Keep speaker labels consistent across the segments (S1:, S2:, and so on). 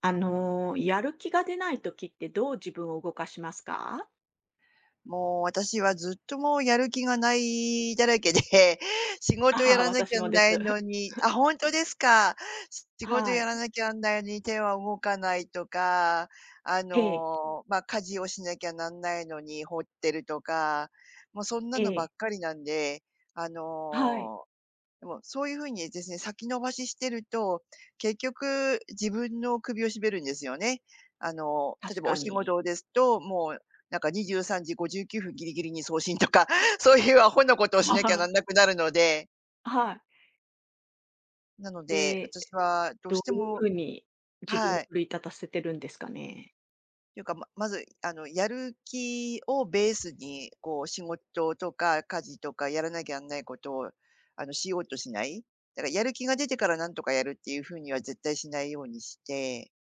S1: やる気が出ない時ってどう自分を動かしますか？
S2: もう私はずっともうやる気がないだらけで、仕 事や
S1: ああー、
S2: らなき
S1: 私
S2: ゃ
S1: もです。
S2: ない のに本当ですか。仕事
S1: は
S2: やら
S1: い。
S2: なきゃなんないのに手は動かないとか、
S1: ええ、
S2: まあ、家事をしなきゃなんないのに放ってるとか、もうそんな
S1: え
S2: のばっ
S1: え、
S2: かりなんで、あ
S1: はい。
S2: のでも、そういう風にですね、先延ばししてると、結局自分の首を絞めるんですよね。あの、例え
S1: 確
S2: ばお
S1: か
S2: 仕
S1: に。
S2: 事ですと、もうなんか23時59分ギリギリに送信とか、そういうアホなことをしなきゃなんな くなるので、
S1: はい。
S2: なので、
S1: ええ、
S2: 私はどう
S1: ど
S2: して
S1: ういうふ
S2: も、
S1: うに自分
S2: は
S1: を
S2: い。
S1: 奮い立たせてるんですかね？
S2: というか、まず、あの、やる気をベースに、こう、仕事とか家事とかやらなきゃなんないことを、あの、しようとしない。だから、やる気が出てからなんとかやるっていう風には絶対しないようにして、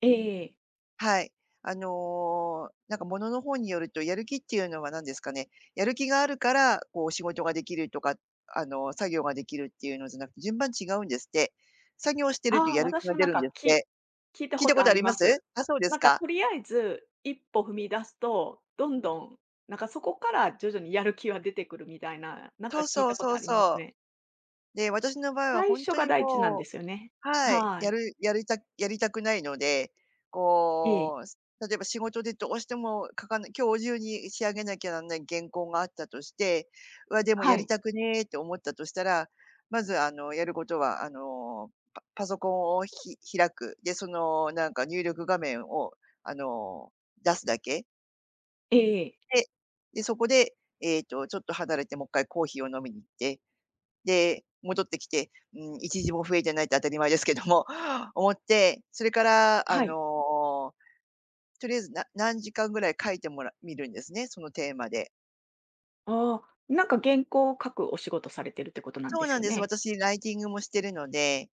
S1: ええ。
S2: はい。あの、なんか、ものの方によると、やる気っていうのは何ですかね、やる気があるから、こう、仕事ができるとか、あの、作業ができるっていうのじゃなくて、順番違うんですって。作業してると
S1: ああ、
S2: やる気
S1: 私
S2: が
S1: も
S2: 出
S1: なん
S2: るんで
S1: か、
S2: すっ
S1: き
S2: て。
S1: 聞いた
S2: 聞い
S1: こ
S2: た
S1: と
S2: こと
S1: あ
S2: あり
S1: り
S2: ま
S1: ま
S2: す？
S1: す。
S2: あ、そうです
S1: なんか
S2: か。
S1: とりあえず一歩踏み出すと、どんどん、なんかそこから徐々にやる気は出てくるみたいな、なん
S2: そ
S1: か
S2: う
S1: 聞い
S2: そう
S1: たこ
S2: そ
S1: と
S2: う
S1: ありま
S2: そ
S1: す
S2: う。
S1: ね。
S2: で、私の場合は
S1: 最
S2: 本
S1: 初
S2: 当
S1: が
S2: に
S1: 第一なんで
S2: も
S1: すよね。
S2: う、はい、
S1: は
S2: や
S1: い。
S2: るやりたやりたくないので、
S1: ええ。
S2: こう、例えば仕事でどうしても書かない今日中に仕上げなきゃなんない原稿があったとして、うわ、でもや
S1: は
S2: り
S1: い。
S2: たくねーって思ったとしたら、まず、あの、やることは、あの、パソコンを開く。で、その、なんか入力画面を、あの、出すだけ。
S1: ええ、
S2: で、で、そこで、ちょっと離れてもう一回コーヒーを飲みに行って、で、戻ってきて、うん、一時も増えてないって当たり前ですけども、思って、それから、あ
S1: はい。
S2: の、とりあえず、何時間ぐらい書いてみるんですね、そのテーマで。
S1: ああ、なんか原稿を書くお仕事されてるってことなん
S2: そ
S1: で
S2: う
S1: す
S2: なん
S1: よ
S2: です。
S1: ね。
S2: 私、ライティングもしてるので、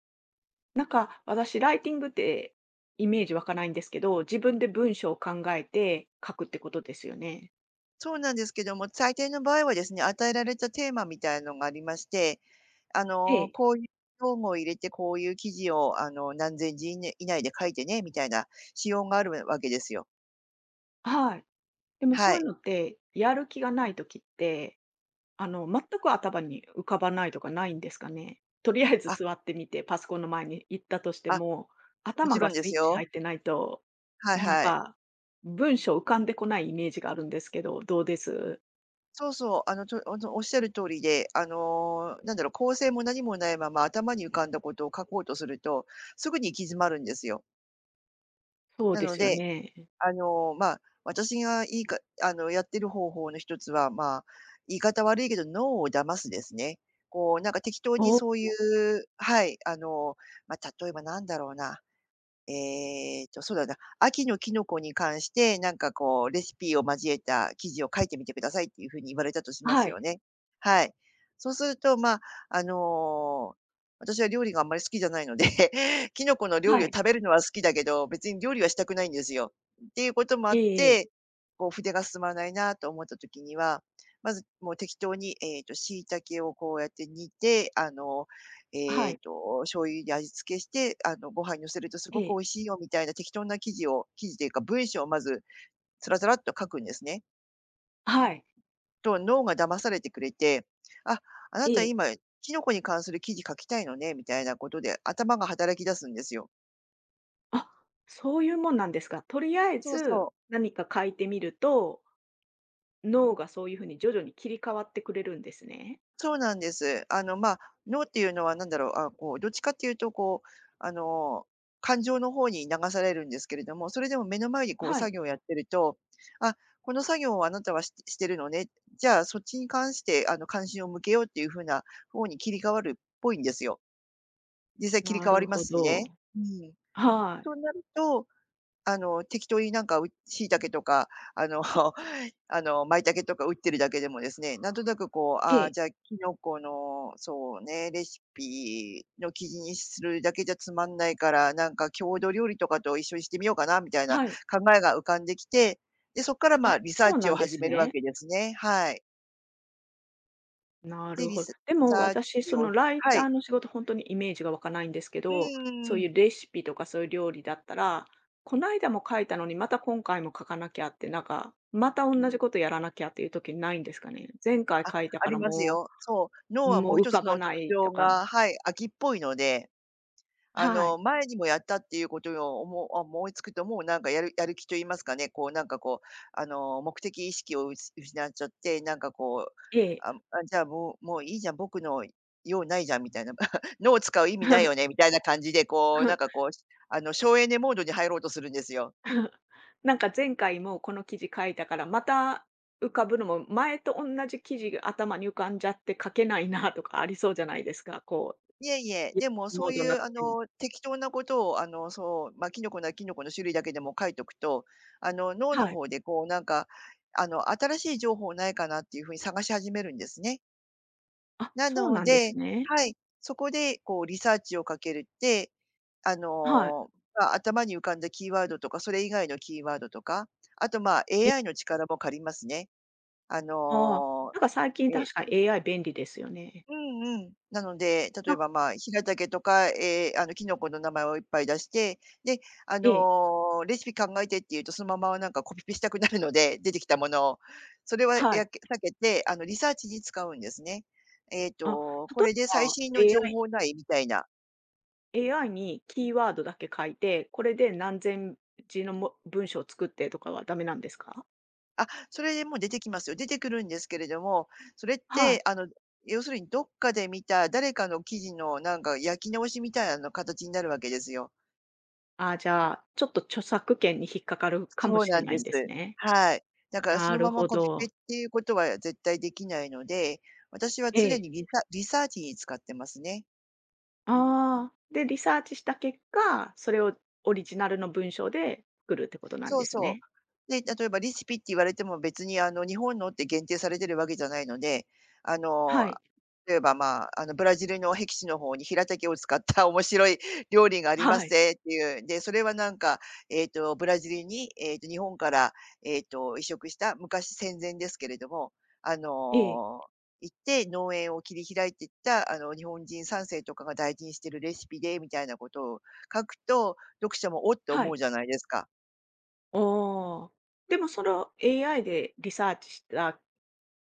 S1: なんか私、ライティングってイメージ湧かないんですけど、自分で文章を考えて書くってことですよね。
S2: そうなんですけども、最低の場合はですね、与えられたテーマみたいのがありまして、あ
S1: え
S2: の、
S1: え、
S2: こういう用語を入れて、こういう記事を、あの、何千字以内で書いてね、みたいな仕様があるわけですよ。
S1: はい。でも
S2: は
S1: そうい
S2: い。
S1: うのって、やる気がない時って全く頭に浮かばないとかないんですかね？とりあえず
S2: あ、
S1: 座ってみて、パソコンの前に行ったとして
S2: あ、
S1: も、
S2: も
S1: 頭
S2: ちろ
S1: が
S2: んで
S1: スイ
S2: す
S1: ッチ
S2: よ。
S1: 入ってないと、
S2: はい
S1: なん
S2: はい。
S1: か、文章浮かんでこないイメージがあるんですけど、どうです？
S2: そうそう、あの、とおの、おっしゃる通りで、あの、なんだろう、構成も何もないまま頭に浮かんだことを書こうとすると、すぐに行き詰まるんですよ。
S1: そう
S2: な
S1: で
S2: の
S1: すよ
S2: で、
S1: ね。
S2: あの、まあ、私がいいかあの、やってる方法の一つは、まあ、言い方悪いけど、脳を騙すですね。こう、なんか適当に
S1: おお、
S2: そういう、はい、まあ、例えばなんだろうな。そうだな、秋のキノコに関して、なんかこうレシピを交えた記事を書いてみてくださいっていう風に言われたとしま
S1: は
S2: すよ
S1: い、
S2: ね。はい。そうすると、まあ、あの、私は料理があんまり好きじゃないので、キノコの料理
S1: は
S2: を
S1: い。
S2: 食べるのは好きだけど、別に料理はしたくないんですよ。っていうこともあっ
S1: ええ
S2: て、
S1: ええ。
S2: こう筆が進まないなと思った時には、まずもう適当に、椎茸をこうやって煮て、
S1: はい、
S2: 醤油で味付けして、あの、ご飯に乗せるとすご
S1: え
S2: く美
S1: え、
S2: 味しいよみたいな適当な記事を記事っていうか文章をまずつらつらっと書くんですね。
S1: はい、
S2: と、脳が騙されてくれて、あ、あな
S1: え
S2: た
S1: え。
S2: 今キノコに関する記事書きたいのねみたいなことで頭が働き出すんですよ。
S1: あ、そういうもんなんですか。とりあえ
S2: そう
S1: ず
S2: そう。
S1: 何か書いてみると、脳がそういうふうに徐々に切り替わってくれるんですね。
S2: そうなんです。あの、まあ、脳っていうのは何だろう、こう、どっちかっていうと、こう、あの、感情の方に流されるんですけれども、それでも目の前にこう
S1: は
S2: 作
S1: い、
S2: 業をやってると、あ、この作業をあなたはしてるのね、じゃあそっちに関して、あの、関心を向けようっていう風な方に切り替わるっぽいんですよ。実際切り替
S1: な
S2: わ
S1: る
S2: りま
S1: ほ
S2: すし
S1: ど。
S2: ね。うん。
S1: はい。
S2: となると、あの、適当になんか、椎茸とか、あの、あの、舞茸とか売ってるだけでもですね、なんとなくこう、
S1: え
S2: ああ、
S1: え、
S2: じゃあ、キノコの、そうね、レシピの記事にするだけじゃつまんないから、なんか郷土料理とかと一緒にしてみようかなみたいな
S1: はい。
S2: 考えが浮かんできて、で、そこから、まあ、
S1: あ、
S2: リサー
S1: そう
S2: チ
S1: な
S2: を
S1: んで
S2: 始
S1: す
S2: めるわ
S1: ね。
S2: けですね。はい。
S1: な
S2: で、
S1: る
S2: リ
S1: ほど。
S2: サ
S1: でも
S2: ー
S1: 私、
S2: チ
S1: そ
S2: を、
S1: のライ
S2: は
S1: タ
S2: い。
S1: ーの仕事、ほんとにイメージが湧かないんですけ
S2: う
S1: ど、そう
S2: ん
S1: い
S2: ん。
S1: うレシピとかそういう料理だったら、こないだも書いたのに、また今回も書かなきゃって、なんか、またおんなじことやらなきゃっていう時ないんですかね？前回
S2: あ、
S1: 書いた
S2: あ
S1: か
S2: り
S1: ら
S2: ます
S1: も
S2: よ。そう、脳
S1: う
S2: はも
S1: も
S2: う
S1: う浮
S2: 一つ
S1: かば
S2: の
S1: な
S2: 特
S1: いと
S2: 徴
S1: か。
S2: が、はい、秋っぽいので、あ
S1: はい。
S2: の、前にもやったっていうことを思いつくと、もうなんかやる気と言いますかね、こうなんかこう、あの、目的意識を失っちゃって、なんかこう、
S1: え
S2: あ
S1: え。
S2: あ、じゃあもういいじゃん、僕の用ないじゃんみたいな、脳を使う意味ないよねみたいな感じで、こうなんかこう、あの、省エネモードに入ろうとするんですよ。
S1: なんか前回もこの記事書いたから、また浮かぶのも、前と同じ記事が頭に浮かんじゃって書けないなとかありそうじゃないですか。こ
S2: いえいえ、でも
S1: う、
S2: そ
S1: モ
S2: う
S1: ード
S2: い
S1: になっ
S2: う、
S1: て
S2: あ
S1: ても。
S2: の、適当なことを、あの、そう、まあ、キノコならキノコの種類だけでも書いとくと、あの、脳の
S1: はい。
S2: 方でこうなんか、あの、新しい情報ないかなっていう風に探し始めるんですね。
S1: あ、
S2: な
S1: そう
S2: の
S1: なんで
S2: で、
S1: すね。
S2: はい、そこでこうリサーチをかけるって、あ
S1: はい。
S2: の、まあ、頭に浮かんだキーワードとか、それ以外のキーワードとか、あと、ま、
S1: え、
S2: AI の力も借りますね。あ
S1: あー
S2: の、
S1: なんか最近
S2: え
S1: 確かに AI 便利ですよね。
S2: うんうん。なので、例
S1: な
S2: え
S1: ん
S2: ば、
S1: か
S2: まあ、平けとか、あの、キノコの名前をいっぱい出して、で、あ
S1: ええ、
S2: の、レシピ考えてって言うと、そのままなんかコピペしたくなるので、出てきたものを。それは
S1: はい。
S2: 避けて、あの、リサーチに使うんですね。えっ
S1: あ、
S2: と、こ
S1: 例
S2: れ
S1: え
S2: で最
S1: ば
S2: 新の情
S1: AI
S2: 報ない？みたいな。
S1: AI にキーワードだけ書いて、これで何千字のも文章を作ってとかはダメなんですか？
S2: あ、それでもう出てきますよ。出てくるんですけれども、それっ
S1: は
S2: て、
S1: い。
S2: あの、要するにどっかで見た誰かの記事のなんか焼き直しみたいなの形になるわけですよ。
S1: あ、じゃあ、ちょっと著作権に引っかかるかも
S2: そう
S1: し
S2: な
S1: れ
S2: ん
S1: な
S2: で
S1: いん
S2: す。
S1: ですね。
S2: はい。だからそ
S1: な
S2: の
S1: る
S2: まま
S1: ほ
S2: コピペ
S1: ど。
S2: っていうことは絶対できないので、私は
S1: え
S2: 常
S1: え。
S2: にリサーチに使ってますね。
S1: ああ、で、リサーチした結果、それをオリジナルの文章で作るってことなん
S2: そう
S1: です
S2: そ
S1: ね。
S2: う。で、例えばレシピって言われても別にあの日本のって限定されてるわけじゃないので、あの、
S1: はい。
S2: 例えば、まあ、あのブラジルの地の方にヒラタケを使った 面白い料理がありま
S1: は
S2: す
S1: い。
S2: ぜっていう。で、それはなんか、ブラジルに、日本から、移植した昔戦前ですけれども、あ
S1: ええ。
S2: の、行って農園を切り開いていった、あの、日本人3世とかが大事にしてるレシピでみたいなことを書くと、読者もおって
S1: は
S2: 思
S1: い。
S2: うじゃないですか。
S1: おお。でもその AI でリサーチした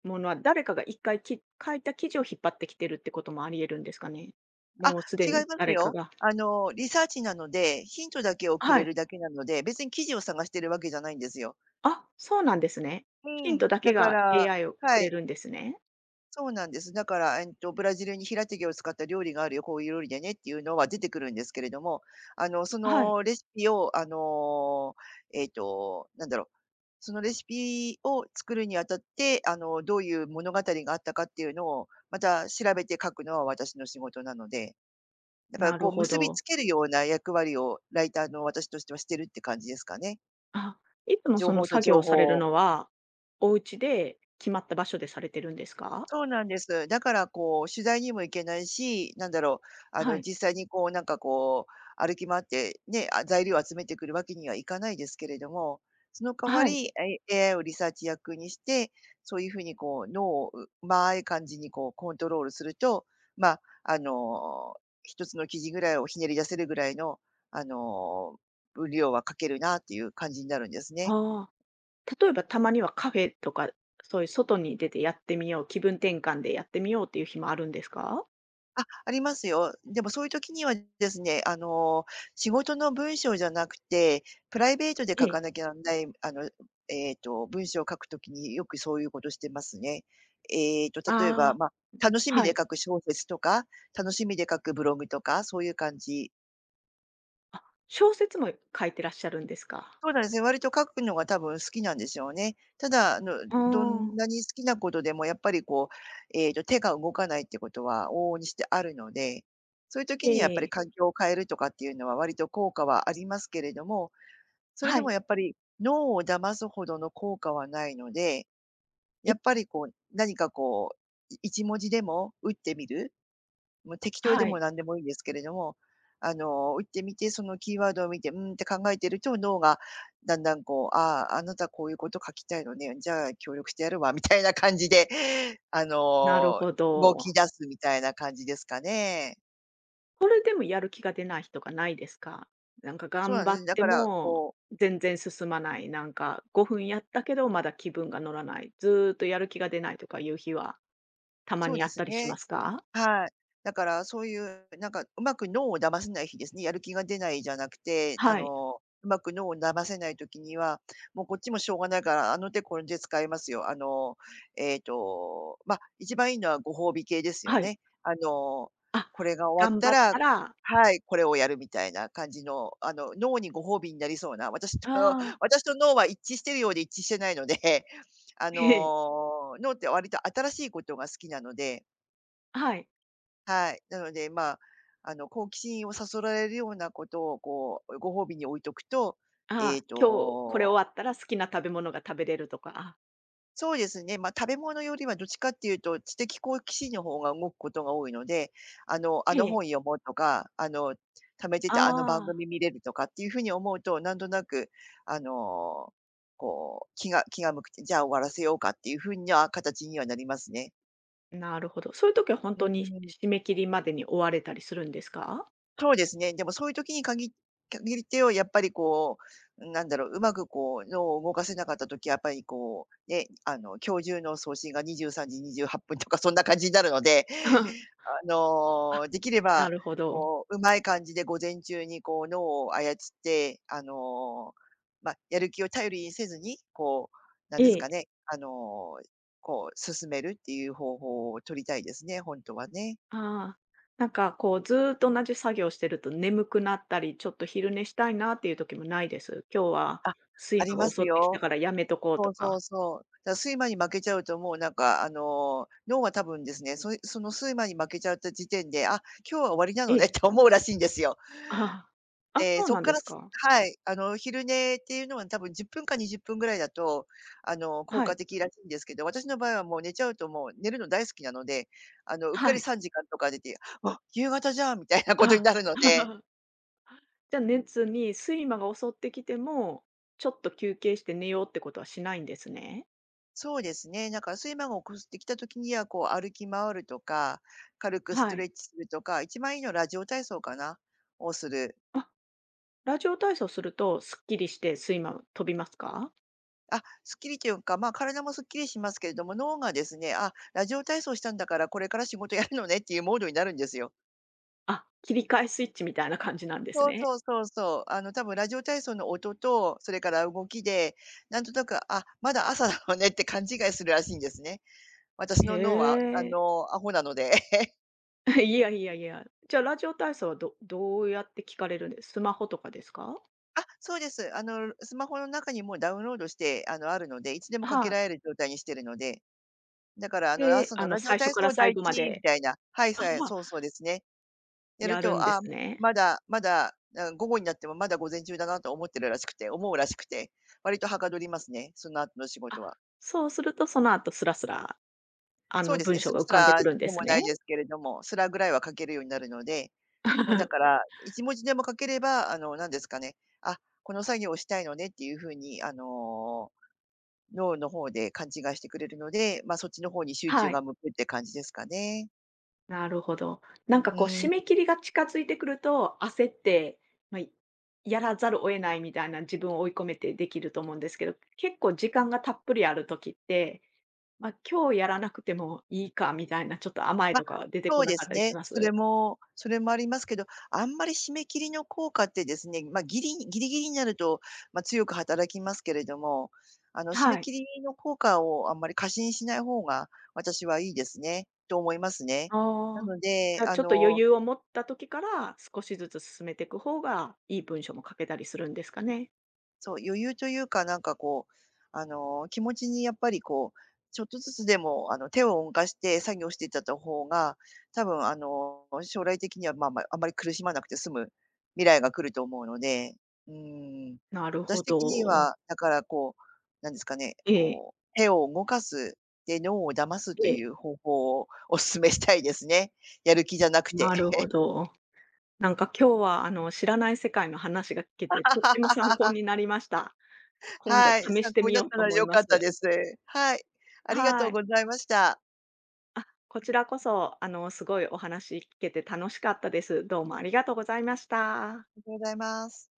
S1: ものは、誰かが一回書いた記事を引っ張ってきてるってこともあり得るんですかね？
S2: あ、
S1: もうすで
S2: 違
S1: に
S2: います
S1: 誰か
S2: よ。
S1: が、
S2: あの、リサーチなので、ヒントだけをく
S1: は
S2: れ
S1: い。
S2: るだけなので、別に記事を探してるわけじゃないんですよ。
S1: あ、そうなんですね。
S2: う
S1: ヒン
S2: ん。
S1: トだ
S2: だ
S1: け
S2: か
S1: が
S2: ら、
S1: AI を
S2: は
S1: くれ
S2: い、
S1: るんですね。
S2: そうなんです。だから、ブラジルに平手毛を使った料理があるよ、こういう料理でねっていうのは出てくるんですけれども、そ
S1: はい。
S2: のレシピを、えっと、なんだろう、そのレシピを作るにあたって、どういう物語があったかっていうのを、また調べて書くのは私の仕事なので。だから
S1: な
S2: こ
S1: る
S2: う
S1: ほ
S2: 結び
S1: ど。
S2: つけるような役割をライターの私としてはしてるって感じですかね。
S1: あ、いつも
S2: 情
S1: その
S2: 報と
S1: 作業
S2: 情
S1: をされ
S2: 報
S1: る
S2: を。
S1: のは、お家で決まった場所でされてるんですか？
S2: そうなんです。だからこう取材にも行けないし、
S1: はい。
S2: 実際にこう歩き回ってね、あ、材料を集めてくるわけにはいかないですけれども、その代わ
S1: はい。
S2: り、AI をリサーチ役にして、そういうふうにこう脳をうまい感じにこうコントロールすると、まあ、あの、一つの記事ぐらいをひねり出せるぐらいの、あの、分量は書けるなっていう感じになるんですね。
S1: ああ、例えばたまにはカフェとか、そういう外に出てやってみよう、気分転換でやってみようっていう日もあるんですか？
S2: ありますよ。でもそういう時にはですね、仕事の文章じゃなくて、プライベートで
S1: え
S2: 書か
S1: え。
S2: なきゃなんない、文章を書くときによくそういうことしてますね。例えば、
S1: ああ、
S2: まあ、楽しみ
S1: は
S2: で
S1: い。
S2: 書く小説とか、楽しみで書くブログとか、そういう感じ。
S1: あ、小説も書いてらっしゃるんですか？
S2: そうなんですね。割と書くのが多分好きなんでしょうね。ただ、
S1: うー
S2: どん
S1: ん。
S2: なに好きなことでもやっぱりこう、手が動かないってことは往々にしてあるので、そういう時にやっぱ
S1: え
S2: り
S1: え。
S2: 環境を変えるとかっていうのは割と効果はありますけれども、それ
S1: は
S2: でも
S1: い。
S2: やっぱり脳を騙すほどの効果はないので、やっ
S1: え、
S2: ぱりこう、何かこう、一文字でも打ってみる。もう適当で
S1: は
S2: も
S1: い。
S2: 何でもいいんですけれども、打ってみて、そのキーワードを見て、うんって考えてると、脳がだんだんこう、ああ、あなたこういうこと書きたいのね、じゃあ協力してやるわみたいな感じで、あ
S1: なる
S2: の、
S1: ほ
S2: 動き
S1: ど。
S2: 出すみたいな感じですかね。
S1: これでもやる気が出ない日とかないですか？なんか
S2: そうな
S1: 頑
S2: んで
S1: 張っ
S2: す。だ
S1: て
S2: から、
S1: も
S2: こう
S1: 全然進まない、なんか5分やったけど、まだ気分が乗らない、ずーっとやる気が出ないとかいう日は、たま
S2: そう
S1: にあ
S2: で
S1: っ
S2: す
S1: たりし
S2: ね。
S1: ますか？
S2: はい。だからそういう、なんかうまく脳を騙せない日ですね。やる気が出ないじゃなくて、
S1: はい、
S2: うまく脳を騙せない時には、もうこっちもしょうがないから、あの手この手使いますよ。まあ、一番いいのはご褒美系ですよ
S1: はい。
S2: ね。
S1: あ、
S2: これが終わっ
S1: 頑
S2: た
S1: 張っ
S2: ら
S1: たら、
S2: はい、これをやるみたいな感じの、脳にご褒美になりそうな、私と
S1: あ あ、
S2: 私と脳は一致しているようで一致してないので、
S1: ええ、
S2: 脳って割と新しいことが好きなので
S1: はい。
S2: はい。なので、好奇心をそそられるようなことを、こう、ご褒美に置いとくと、え
S1: あ
S2: っ
S1: あ、今日これ
S2: と、
S1: 終わったら好きな食べ物が食べれるとか、あ、
S2: そうですね、まあ、食べ物よりはどっちかっていうと、知的好奇心の方が動くことが多いので、あのあ
S1: え
S2: の
S1: え、
S2: 本読もうとか、溜めてたあの番
S1: あ
S2: 組
S1: あ、
S2: 見れるとかっていう風に思うと、なんとなく、あの、こう、気が向くて、じゃあ終わらせようかっていう風な形にはなりますね。
S1: なるほど。そういう時は本
S2: う
S1: 当に
S2: ん。
S1: 締め切りまでに追われたりするんですか？
S2: そうですね。でもそういう時に限ってをやっぱりこう、なんだろう、うまくこう脳を動かせなかった時はやっぱりこう、ね、今日中の送信が23時28分とかそんな感じになるので、
S1: あ、
S2: できれ
S1: な
S2: ば、
S1: るほど。
S2: こう、うまい感じで午前中にこう脳を操って、やる気を頼りにせずに、こう、なん
S1: え
S2: ですか
S1: え。
S2: ね、こう進めるっていう方法を取りたいですね、本当はね。
S1: ああ、なんかこうずーっと同じ作業してると眠くなったり、ちょっと昼寝したいなっていう時もないです。今日は
S2: あ、あ
S1: 睡
S2: り
S1: 魔
S2: ま
S1: が
S2: す
S1: 襲ってきた
S2: よ。
S1: からやめとこう
S2: そ
S1: と
S2: うそ
S1: か。
S2: うそう。睡魔に負けちゃうともうなんかあの、脳は多分ですね、その睡魔に負けちゃった時点で、あ、今日は終わりな
S1: え
S2: のね っ
S1: え。
S2: て思うらしいんですよ。
S1: ああ。あ、
S2: で、
S1: そう
S2: そっ
S1: なん
S2: か
S1: で
S2: ら
S1: す
S2: す
S1: か。
S2: はい、昼寝っていうのは多分10分か20分ぐらいだと、効
S1: は
S2: 果
S1: い。
S2: 的らしいんですけど、私の場合はもう寝ちゃうともう寝るの大好きなので、うっか
S1: は
S2: り
S1: い。
S2: 3時間とか出て、あ、夕方じゃんみたいなことに
S1: あ。
S2: なるので
S1: じゃ、寝熱に睡魔が襲ってきても、ちょっと休憩して寝ようってことはしないんですね。
S2: そうですね。なんか睡魔が起こってきた時には、こう歩き回るとか、軽くスト
S1: は
S2: レ
S1: い。
S2: ッチするとか、一番いいのはラジオ体操かなをする。
S1: あ、ラジオ体操するとすっきりして睡魔飛びますか？
S2: あ、すっきりというか、まあ体もすっきりしますけれども、脳がですね、あ、ラジオ体操したんだからこれから仕事やるのねっていうモードになるんですよ。
S1: あ、切り替えスイッチみたいな感じなんです
S2: そう
S1: ね。
S2: そうそうそう。多分ラジオ体操の音と、それから動きで、なんとなく、あ、まだ朝だわねって勘違いするらしいんですね。私
S1: へ
S2: の脳は、
S1: え。
S2: アホなので。
S1: いやいやいや。じゃあ、ラジオ体操はどうやって聞かれるんです、スマホとかですか？
S2: あ、そうです。スマホの中にもうダウンロードして、あるので、いつでもかけ
S1: はい。
S2: られる状態にしてるので、だから、あの、ラ
S1: で、
S2: のラジオ
S1: 最初
S2: 体
S1: か
S2: 操
S1: ら
S2: 第
S1: 最後ま
S2: 一み
S1: で、
S2: たいな、はい
S1: あ、
S2: さいそうそうですね。やる
S1: やる
S2: と、
S1: んで
S2: あ
S1: すね。
S2: まだまだ、あ、午後になってもまだ午前中だなと思ってるらしくて思うらしくて、割とはかどりますね、その後の仕
S1: あ、
S2: 事は。
S1: そうすると、その後スラスラ、
S2: そうです
S1: 文
S2: ね、ス
S1: 章
S2: ラ
S1: が
S2: ス
S1: 浮かんで
S2: ラ
S1: くるんで
S2: でも
S1: す
S2: ない
S1: ね。
S2: ですけれども、スラぐらいは書けるようになるので、もうだか ら、一文字でも書ければ、何ですかね、あ、この作業をしたいのねっていう風に、脳の方で勘違いしてくれるので、まあ、そっちの方に集中
S1: はい、
S2: が向くって感じですかね。
S1: なるほど。なんか
S2: う
S1: こう、
S2: ー
S1: 締
S2: ん、
S1: め切りが近づいてくると、焦って、まあ、やらざるを得ないみたいな自分を追い込めてできると思うんですけど、結構時間がたっぷりある時って、ま、今日やらなくてもいいかみたいな、ちょっと甘え
S2: ま、
S1: とか出て
S2: そ
S1: こ
S2: う
S1: な
S2: で
S1: かっ
S2: す
S1: たり
S2: ね。
S1: しま
S2: それ
S1: す？
S2: もそれもありますけど、あんまり締め切りの効果ってですね、ま、ギリギリになると、ま、強く働きますけれども、締め
S1: はい。
S2: 切りの効果をあんまり過信しない方が、私はいいですね、と思いますね。な
S1: ああ。
S2: ので、
S1: じゃ、
S2: あ
S1: ちょっと余
S2: の
S1: 裕を持った時から、少しずつ進めてく方が、いい文章も書けたりするんですかね？
S2: そう、余裕というか、なんかこう、気持ちにやっぱりこう、ちょっとずつでも、手を動かして作業していったと方が、多分あの、将来的には、まあまあ、あまり苦しまなくて済む未来が来ると思うので、うん。
S1: なる
S2: 私
S1: ほ
S2: 的に
S1: ど。
S2: は、だからこう、なんですかね、
S1: ええ、
S2: こう、手を動かす、で、脳を騙すと
S1: え
S2: い
S1: え、
S2: う方法をお勧めしたいですね。やる気じゃなくて。
S1: なるほど。なんか今日は、知らない世界の話が聞けて、とっても 参考になりました。今度
S2: はい、
S1: 試し
S2: 参
S1: て
S2: 考に
S1: み
S2: なっ
S1: よう
S2: た
S1: と
S2: ら
S1: 思い
S2: 良
S1: ま
S2: かった
S1: す。
S2: です。はい、ありがと
S1: は
S2: う
S1: い。
S2: ございました。
S1: あ、こちらこそ、すごいお話聞けて楽しかったです。どうもありがとうございまし
S2: あ
S1: た。
S2: りがとうございます。